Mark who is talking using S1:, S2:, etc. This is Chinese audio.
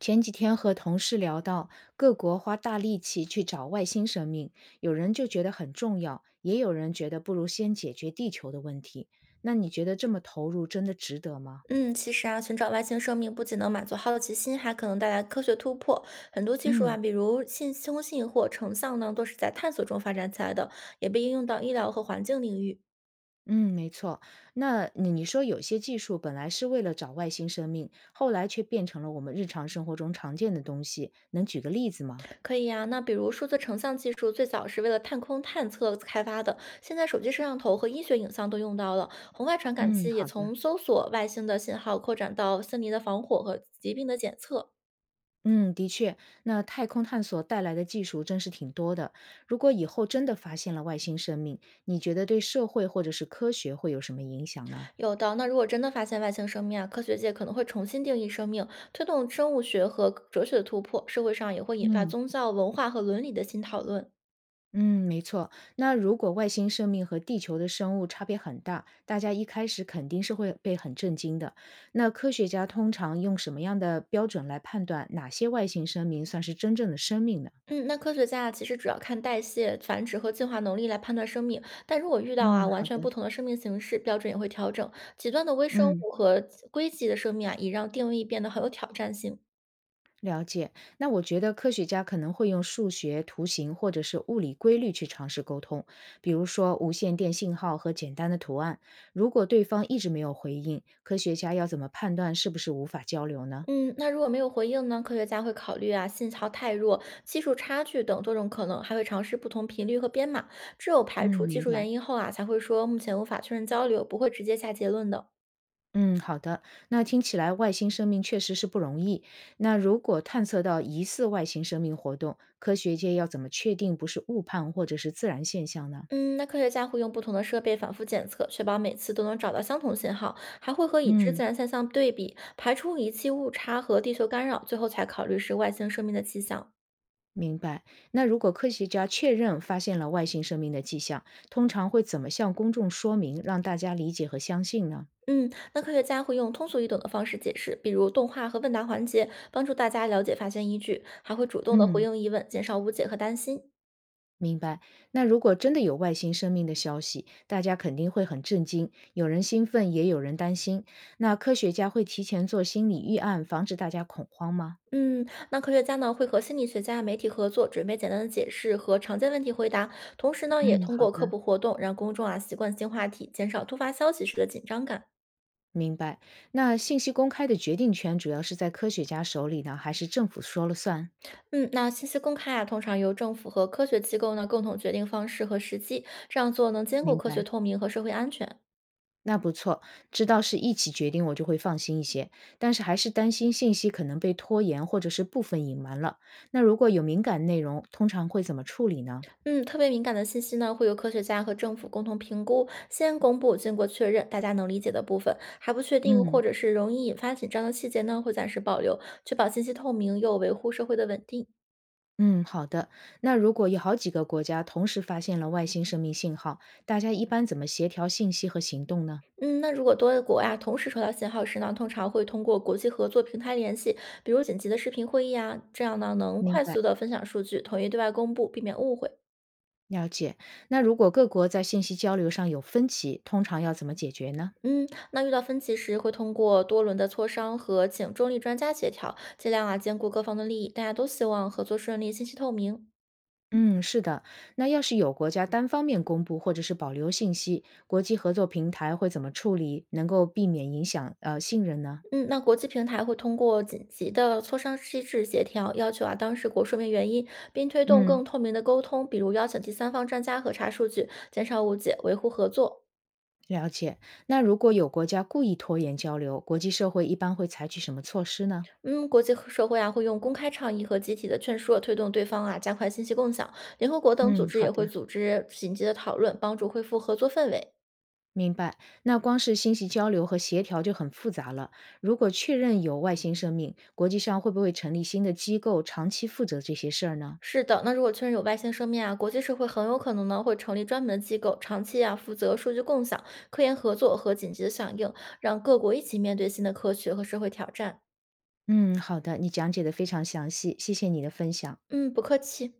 S1: 前几天和同事聊到，各国花大力气去找外星生命，有人就觉得很重要，也有人觉得不如先解决地球的问题。那你觉得这么投入真的值得吗？
S2: 嗯，其实啊，寻找外星生命不仅能满足好奇心，还可能带来科学突破。很多技术
S1: 嗯
S2: 啊，比如信通信或成像呢，都是在探索中发展起来的，也被应用到医疗和环境领域。
S1: 嗯，没错。那你说有些技术本来是为了找外星生命，后来却变成了我们日常生活中常见的东西，能举个例子吗？
S2: 可以啊，那比如数字成像技术最早是为了探空探测开发的，现在手机摄像头和医学影像都用到了。红外传感
S1: 嗯，
S2: 器也
S1: 好的。
S2: 从搜索外星的信号扩展到森林的防火和疾病的检测。
S1: 嗯，的确，那太空探索带来的技术真是挺多的。如果以后真的发现了外星生命，你觉得对社会或者是科学会有什么影响呢？
S2: 有的，那如果真的发现外星生命啊，科学界可能会重新定义生命，推动生物学和哲学的突破，社会上也会引发
S1: 嗯，
S2: 宗教、文化和伦理的新讨论。
S1: 嗯，没错。那如果外星生命和地球的生物差别很大，大家一开始肯定是会被很震惊的。那科学家通常用什么样的标准来判断哪些外星生命算是真正的生命呢？
S2: 嗯，那科学家啊，其实主要看代谢、繁殖和进化能力来判断生命，但如果遇到啊
S1: 嗯，
S2: 完
S1: 好
S2: 全
S1: 的，
S2: 不同的生命形式，标准也会调整。极端的微生
S1: 嗯。
S2: 物和硅基的生命啊，也让定义变得很有挑战性。
S1: 了解，那我觉得科学家可能会用数学、图形或者是物理规律去尝试沟通，比如说无线电信号和简单的图案。如果对方一直没有回应，科学家要怎么判断是不是无法交流呢？
S2: 嗯，那如果没有回应呢？科学家会考虑啊，信号太弱、技术差距等多种可能，还会尝试不同频率和编码。只有排
S1: 嗯，
S2: 除技
S1: 明
S2: 术
S1: 白。
S2: 原因后啊，才会说目前无法确认交流，不会直接下结论的。
S1: 嗯，好的。那听起来外星生命确实是不容易。那如果探测到疑似外星生命活动，科学界要怎么确定不是误判或者是自然现象呢？
S2: 嗯，那科学家会用不同的设备反复检测，确保每次都能找到相同信号，还会和已知
S1: 嗯。
S2: 自然现象对比，排除仪器误差和地球干扰，最后才考虑是外星生命的迹象。
S1: 明白。那如果科学家确认发现了外星生命的迹象，通常会怎么向公众说明，让大家理解和相信呢？
S2: 嗯，那科学家会用通俗易懂的方式解释，比如动画和问答环节，帮助大家了解发现依据，还会主动的回
S1: 嗯，
S2: 应疑问，减少误解和担心。
S1: 明白。那如果真的有外星生命的消息，大家肯定会很震惊，有人兴奋，也有人担心。那科学家会提前做心理预案，防止大家恐慌吗？
S2: 嗯，那科学家呢会和心理学家、媒体合作，准备简单的解释和常见问题回答，同时呢也
S1: 嗯，
S2: 通
S1: 好
S2: 过科
S1: 的。
S2: 普活动让公众啊习惯新话题，减少突发消息时的紧张感。
S1: 明白。那信息公开的决定权主要是在科学家手里呢，还是政府说了算？
S2: 嗯，那信息公开啊，通常由政府和科学机构呢共同决定方式和时机，这样做能兼顾
S1: 明
S2: 科学
S1: 白。
S2: 透明和社会安全。
S1: 那不错，知道是一起决定，我就会放心一些。但是还是担心信息可能被拖延或者是部分隐瞒了。那如果有敏感内容，通常会怎么处理呢？
S2: 嗯，特别敏感的信息呢，会由科学家和政府共同评估，先公布经过确认大家能理解的部分，还不确定或
S1: 嗯
S2: 者是容易引发紧张的细节呢，会暂时保留，确保信息透明又维护社会的稳定。
S1: 嗯，好的。那如果有好几个国家同时发现了外星生命信号，大家一般怎么协调信息和行动呢？
S2: 嗯，那如果多个国啊同时收到信号时呢，通常会通过国际合作平台联系，比如紧急的视频会议啊，这样呢能
S1: 明
S2: 快
S1: 白，
S2: 速的分享数据，统一对外公布，避免误会。
S1: 了解。那如果各国在信息交流上有分歧，通常要怎么解决呢？
S2: 嗯，那遇到分歧时，会通过多轮的磋商和请中立专家协调，尽量啊兼顾各方的利益。大家都希望合作顺利、信息透明。
S1: 嗯，是的。那要是有国家单方面公布或者是保留信息，国际合作平台会怎么处理，能够避免影响信任呢？
S2: 嗯，那国际平台会通过紧急的磋商机制协调，要求啊当事国说明原因，并推动
S1: 嗯，
S2: 更透明的沟通，比如邀请第三方专家核查数据，减少误解，维护合作。
S1: 了解。那如果有国家故意拖延交流，国际社会一般会采取什么措施呢？
S2: 嗯，国际和社会啊会用公开倡议和集体的劝说，推动对方啊加快信息共享。联合国等
S1: 嗯，
S2: 组织
S1: 好
S2: 也会
S1: 的，
S2: 组织紧急的讨论，帮助恢复合作氛围。
S1: 明白。那光是信息交流和协调就很复杂了。如果确认有外星生命，国际上会不会成立新的机构长期负责这些事儿呢？
S2: 是的，那如果确认有外星生命啊，国际社会很有可能呢会成立专门的机构，长期啊负责数据共享、科研合作和紧急的响应，让各国一起面对新的科学和社会挑战。
S1: 嗯，好的，你讲解的非常详细，谢谢你的分享。
S2: 嗯，不客气。